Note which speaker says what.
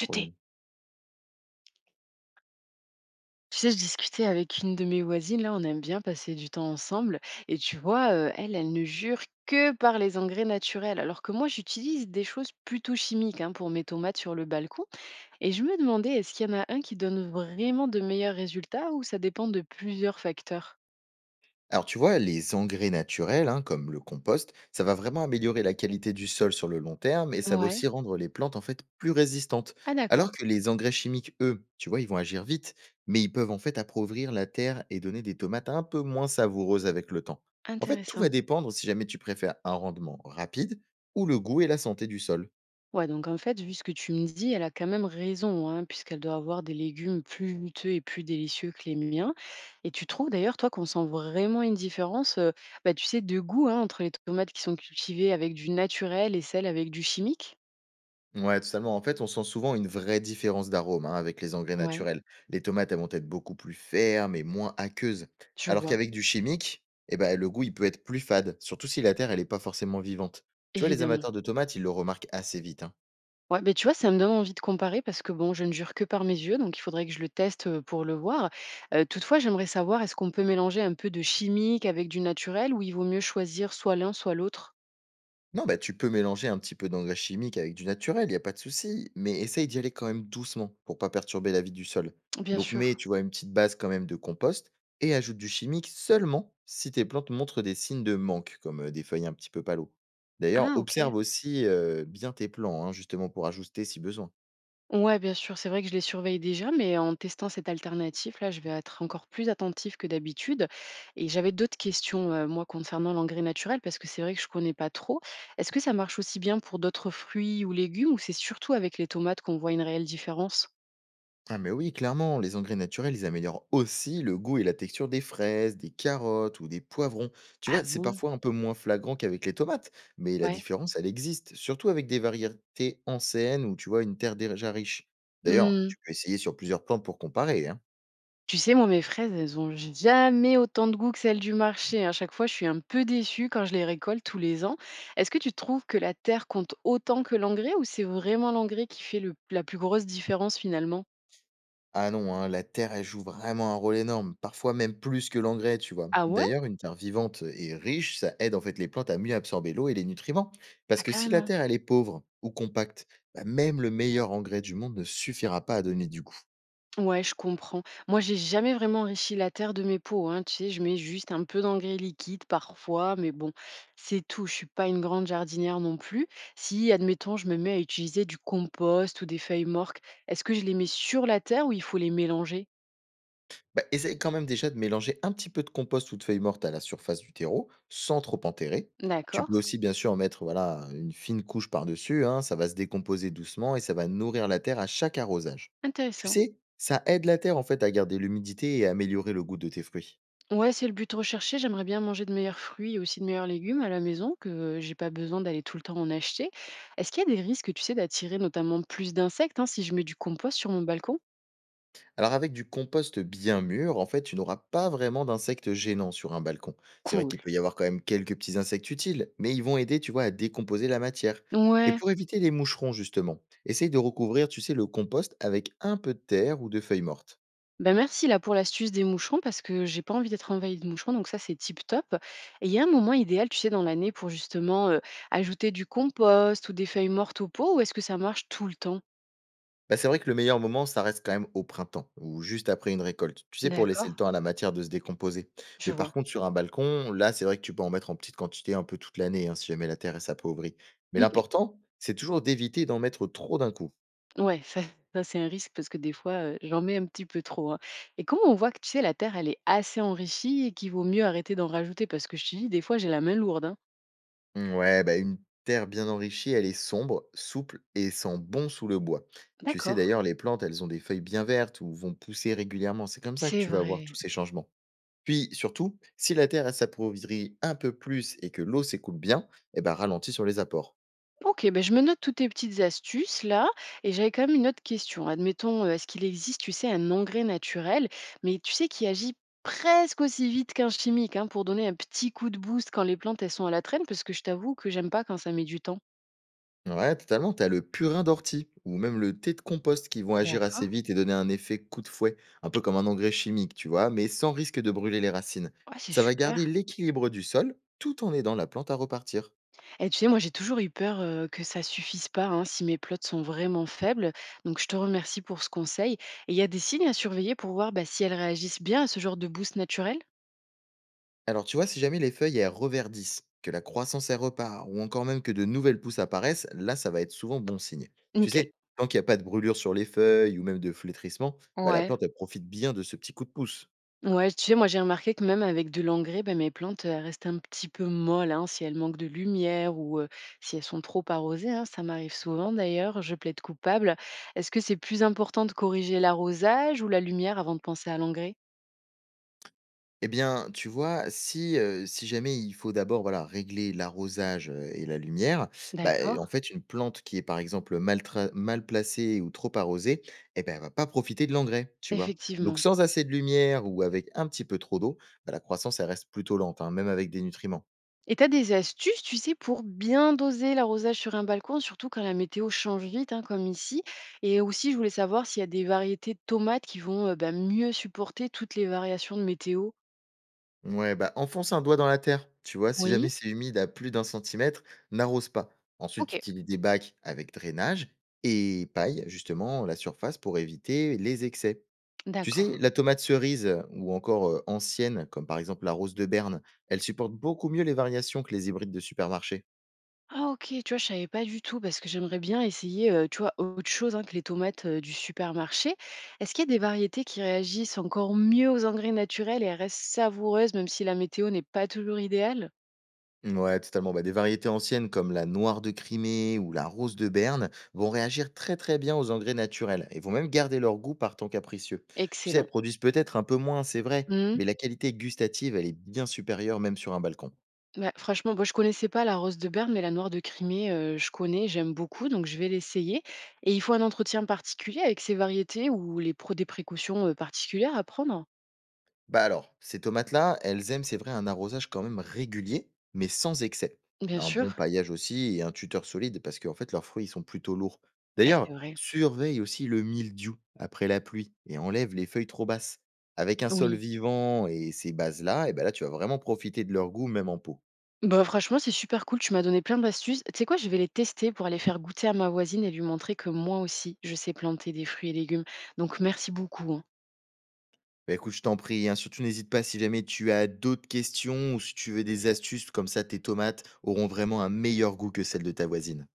Speaker 1: De thé.
Speaker 2: Problème.
Speaker 1: Tu sais, je discutais avec une de mes voisines, là, on aime bien passer du temps ensemble. Et tu vois, elle, elle ne jure que par les engrais naturels, alors que moi, j'utilise des choses plutôt chimiques hein, pour mes tomates sur le balcon. Et je me demandais, est-ce qu'il y en a un qui donne vraiment de meilleurs résultats ou ça dépend de plusieurs facteurs?
Speaker 2: Alors tu vois, les engrais naturels, hein, comme le compost, ça va vraiment améliorer la qualité du sol sur le long terme et ça va aussi
Speaker 1: Ouais.
Speaker 2: rendre les plantes en fait plus résistantes.
Speaker 1: Ah d'accord,
Speaker 2: Alors que les engrais chimiques, eux, tu vois, ils vont agir vite, mais ils peuvent en fait appauvrir la terre et donner des tomates un peu moins savoureuses avec le temps. En fait, tout va
Speaker 1: intéressant.
Speaker 2: dépendre si jamais tu préfères un rendement rapide ou le goût et la santé du sol.
Speaker 1: Ouais, donc en fait, vu ce que tu me dis, elle a quand même raison, hein, puisqu'elle doit avoir des légumes plus juteux et plus délicieux que les miens. Et tu trouves d'ailleurs, toi, qu'on sent vraiment une différence, bah, tu sais, de goût hein, entre les tomates qui sont cultivées avec du naturel et celles avec du chimique?
Speaker 2: Ouais, totalement. En fait, on sent souvent une vraie différence d'arôme hein, avec les engrais
Speaker 1: Ouais,
Speaker 2: naturels. Les tomates, elles vont être beaucoup plus fermes et moins aqueuses.
Speaker 1: je
Speaker 2: Alors
Speaker 1: vois,
Speaker 2: qu'avec du chimique, eh ben, le goût, il peut être plus fade, surtout si la terre, elle n'est pas forcément vivante. Tu vois, les
Speaker 1: évidemment.
Speaker 2: amateurs de tomates, ils le remarquent assez vite, hein.
Speaker 1: Ouais, mais tu vois, ça me donne envie de comparer parce que bon, je ne jure que par mes yeux, donc il faudrait que je le teste pour le voir. Toutefois, j'aimerais savoir, est-ce qu'on peut mélanger un peu de chimique avec du naturel ou il vaut mieux choisir soit l'un, soit l'autre?
Speaker 2: Non, bah, tu peux mélanger un petit peu d'engrais chimique avec du naturel, il n'y a pas de souci, mais essaye d'y aller quand même doucement pour pas perturber la vie du sol.
Speaker 1: Bien
Speaker 2: Donc mets,
Speaker 1: sûr.
Speaker 2: tu vois, une petite base quand même de compost et ajoute du chimique seulement si tes plantes montrent des signes de manque, comme des feuilles un petit peu palo. D'ailleurs,
Speaker 1: Ah, ok.
Speaker 2: observe aussi bien tes plants, hein, justement pour ajuster si besoin.
Speaker 1: Ouais, bien sûr, c'est vrai que je les surveille déjà, mais en testant cette alternative, là, je vais être encore plus attentif que d'habitude. Et j'avais d'autres questions, moi, concernant l'engrais naturel, parce que c'est vrai que je connais pas trop. Est-ce que ça marche aussi bien pour d'autres fruits ou légumes, ou c'est surtout avec les tomates qu'on voit une réelle différence?
Speaker 2: Ah mais oui, clairement, les engrais naturels, ils améliorent aussi le goût et la texture des fraises, des carottes ou des poivrons. Tu vois,
Speaker 1: Ah
Speaker 2: c'est
Speaker 1: bon?
Speaker 2: parfois un peu moins flagrant qu'avec les tomates, mais la
Speaker 1: Ouais.
Speaker 2: différence, elle existe, surtout avec des variétés anciennes ou tu vois une terre déjà riche. D'ailleurs,
Speaker 1: Mmh.
Speaker 2: tu peux essayer sur plusieurs plantes pour comparer, hein.
Speaker 1: Tu sais, moi, mes fraises, elles ont jamais autant de goût que celles du marché. À chaque fois, je suis un peu déçue quand je les récolte tous les ans. Est-ce que tu trouves que la terre compte autant que l'engrais ou c'est vraiment l'engrais qui fait la plus grosse différence finalement?
Speaker 2: Ah non, hein, la terre, elle joue vraiment un rôle énorme, parfois même plus que l'engrais, tu vois.
Speaker 1: Ah ouais.
Speaker 2: D'ailleurs, une terre vivante et riche, ça aide en fait les plantes à mieux absorber l'eau et les nutriments. Parce
Speaker 1: Ah
Speaker 2: que si la
Speaker 1: carrément.
Speaker 2: terre, elle est pauvre ou compacte, bah, même le meilleur engrais du monde ne suffira pas à donner du goût.
Speaker 1: Ouais, je comprends. Moi, j'ai jamais vraiment enrichi la terre de mes pots, hein. Tu sais, je mets juste un peu d'engrais liquide parfois, mais bon, c'est tout. Je suis pas une grande jardinière non plus. Si, admettons, je me mets à utiliser du compost ou des feuilles mortes, est-ce que je les mets sur la terre ou il faut les mélanger?
Speaker 2: Bah, essaye quand même déjà de mélanger un petit peu de compost ou de feuilles mortes à la surface du terreau, sans trop enterrer. Tu
Speaker 1: D'accord,
Speaker 2: peux aussi bien sûr en mettre voilà, une fine couche par-dessus, hein, ça va se décomposer doucement et ça va nourrir la terre à chaque arrosage. Tu
Speaker 1: intéressant.
Speaker 2: sais, ça aide la terre en fait à garder l'humidité et à améliorer le goût de tes fruits.
Speaker 1: Ouais, c'est le but recherché. J'aimerais bien manger de meilleurs fruits et aussi de meilleurs légumes à la maison, que j'ai pas besoin d'aller tout le temps en acheter. Est-ce qu'il y a des risques, tu sais, d'attirer notamment plus d'insectes hein, si je mets du compost sur mon balcon?
Speaker 2: Alors avec du compost bien mûr, en fait, tu n'auras pas vraiment d'insectes gênants sur un balcon. C'est vrai
Speaker 1: Cool.
Speaker 2: qu'il peut y avoir quand même quelques petits insectes utiles, mais ils vont aider, tu vois, à décomposer la matière. Et
Speaker 1: Ouais.
Speaker 2: pour éviter les moucherons, justement, essaye de recouvrir, tu sais, le compost avec un peu de terre ou de feuilles mortes.
Speaker 1: Ben merci là pour l'astuce des moucherons parce que j'ai pas envie d'être envahie de moucherons, donc ça c'est tip top. Et il y a un moment idéal, tu sais, dans l'année pour justement ajouter du compost ou des feuilles mortes au pot, ou est-ce que ça marche tout le temps?
Speaker 2: Bah, c'est vrai que le meilleur moment, ça reste quand même au printemps, ou juste après une récolte, tu sais, pour laisser
Speaker 1: D'accord,
Speaker 2: le temps à la matière de se décomposer.
Speaker 1: je
Speaker 2: Mais par
Speaker 1: vois.
Speaker 2: contre, sur un balcon, là, c'est vrai que tu peux en mettre en petite quantité un peu toute l'année, hein, si jamais la terre est appauvrie. Mais
Speaker 1: Nickel.
Speaker 2: l'important, c'est toujours d'éviter d'en mettre trop d'un coup.
Speaker 1: Ouais, ça c'est un risque parce que des fois, j'en mets un petit peu trop, hein, et comment on voit que, tu sais, la terre, elle est assez enrichie et qu'il vaut mieux arrêter d'en rajouter? Parce que je te dis, des fois, j'ai la main lourde, hein.
Speaker 2: Ouais, bah une terre bien enrichie, elle est sombre, souple et sent bon sous le bois. Tu sais
Speaker 1: D'accord.
Speaker 2: d'ailleurs, les plantes, elles ont des feuilles bien vertes ou vont pousser régulièrement. C'est comme ça que
Speaker 1: C'est
Speaker 2: tu vas voir tous
Speaker 1: vrai.
Speaker 2: ces changements. Puis surtout, si la terre elle s'appauvrit un peu plus et que l'eau s'écoule bien, eh ben ralentit sur les apports.
Speaker 1: OK, ben je me note toutes tes petites astuces-là, et j'avais quand même une autre question. Admettons, est-ce qu'il existe, tu sais, un engrais naturel, mais tu sais, qui agit presque aussi vite qu'un chimique, hein, pour donner un petit coup de boost quand les plantes, elles sont à la traîne? Parce que je t'avoue que j'aime pas quand ça met du temps.
Speaker 2: Ouais, totalement, t'as le purin d'ortie ou même le thé de compost qui vont agir assez
Speaker 1: D'accord.
Speaker 2: vite et donner un effet coup de fouet, un peu comme un engrais chimique, tu vois, mais sans risque de brûler les racines.
Speaker 1: Ouais, c'est
Speaker 2: Ça va garder
Speaker 1: super.
Speaker 2: l'équilibre du sol tout en aidant la plante à repartir.
Speaker 1: Et tu sais, moi, j'ai toujours eu peur que ça suffise pas hein, si mes plots sont vraiment faibles. Donc, je te remercie pour ce conseil. Et il y a des signes à surveiller pour voir bah, si elles réagissent bien à ce genre de boost naturel?
Speaker 2: Alors tu vois, si jamais les feuilles elles reverdissent, que la croissance elle repart, ou encore même que de nouvelles pousses apparaissent, là ça va être souvent bon signe. Tu
Speaker 1: Nickel.
Speaker 2: sais, tant qu'il n'y a pas de brûlure sur les feuilles ou même de flétrissement, bah, la
Speaker 1: Ouais.
Speaker 2: plante elle profite bien de ce petit coup de pouce.
Speaker 1: Ouais, tu sais, moi, j'ai remarqué que même avec de l'engrais, bah, mes plantes restent un petit peu molles hein, si elles manquent de lumière ou si elles sont trop arrosées, hein. Ça m'arrive souvent d'ailleurs, je plaide coupable. Est-ce que c'est plus important de corriger l'arrosage ou la lumière avant de penser à l'engrais?
Speaker 2: Eh bien, tu vois, si, si jamais il faut d'abord, voilà, régler l'arrosage, et la lumière, bah,
Speaker 1: D'accord.
Speaker 2: en fait, une plante qui est, par exemple, mal placée ou trop arrosée, eh bah, elle va pas profiter de l'engrais, tu vois? Donc
Speaker 1: Effectivement.
Speaker 2: sans assez de lumière ou avec un petit peu trop d'eau, bah, la croissance, elle reste plutôt lente, hein, même avec des nutriments.
Speaker 1: Et t'as des astuces, tu sais, pour bien doser l'arrosage sur un balcon, surtout quand la météo change vite, hein, comme ici. Et aussi, je voulais savoir s'il y a des variétés de tomates qui vont bah, mieux supporter toutes les variations de météo.
Speaker 2: Ouais, bah, enfonce un doigt dans la terre, tu vois? Si jamais
Speaker 1: Oui.
Speaker 2: c'est humide à plus d'un centimètre, n'arrose pas. Ensuite,
Speaker 1: Ok,
Speaker 2: utilise des bacs avec drainage et paille, justement, la surface pour éviter les excès. Tu
Speaker 1: d'accord.
Speaker 2: sais, la tomate cerise ou encore ancienne, comme par exemple la rose de Berne, elle supporte beaucoup mieux les variations que les hybrides de supermarché.
Speaker 1: Ah ok, tu vois, je savais pas du tout parce que j'aimerais bien essayer, tu vois, autre chose hein, que les tomates du supermarché. Est-ce qu'il y a des variétés qui réagissent encore mieux aux engrais naturels et elles restent savoureuses même si la météo n'est pas toujours idéale?
Speaker 2: Ouais, totalement. Bah, des variétés anciennes comme la noire de Crimée ou la rose de Berne vont réagir très très bien aux engrais naturels et vont même garder leur goût par temps capricieux. Tu sais, elles
Speaker 1: Excellent.
Speaker 2: produisent peut-être un peu moins, c'est vrai, mais la qualité gustative, elle est bien supérieure même sur un balcon.
Speaker 1: Bah, franchement, bon, je connaissais pas la rose de Berne, mais la noire de Crimée, je connais, j'aime beaucoup, donc je vais l'essayer. Et il faut un entretien particulier avec ces variétés ou les précautions, particulières à prendre?
Speaker 2: Bah alors, ces tomates-là, elles aiment, c'est vrai, un arrosage quand même régulier, mais sans excès.
Speaker 1: Bien
Speaker 2: Un bon
Speaker 1: sûr.
Speaker 2: paillage aussi et un tuteur solide parce qu'en fait, leurs fruits ils sont plutôt lourds.
Speaker 1: Eh,
Speaker 2: D'ailleurs,
Speaker 1: c'est vrai.
Speaker 2: surveille aussi le mildiou après la pluie et enlève les feuilles trop basses. Avec un sol
Speaker 1: Oui.
Speaker 2: vivant et ces bases-là, et ben là, tu vas vraiment profiter de leur goût, même en pot.
Speaker 1: Bah, franchement, c'est super cool, tu m'as donné plein d'astuces. Tu sais quoi? Je vais les tester pour aller faire goûter à ma voisine et lui montrer que moi aussi, je sais planter des fruits et légumes. Donc merci beaucoup, hein.
Speaker 2: Bah écoute, je t'en prie, hein, surtout n'hésite pas si jamais tu as d'autres questions ou si tu veux des astuces, comme ça tes tomates auront vraiment un meilleur goût que celles de ta voisine.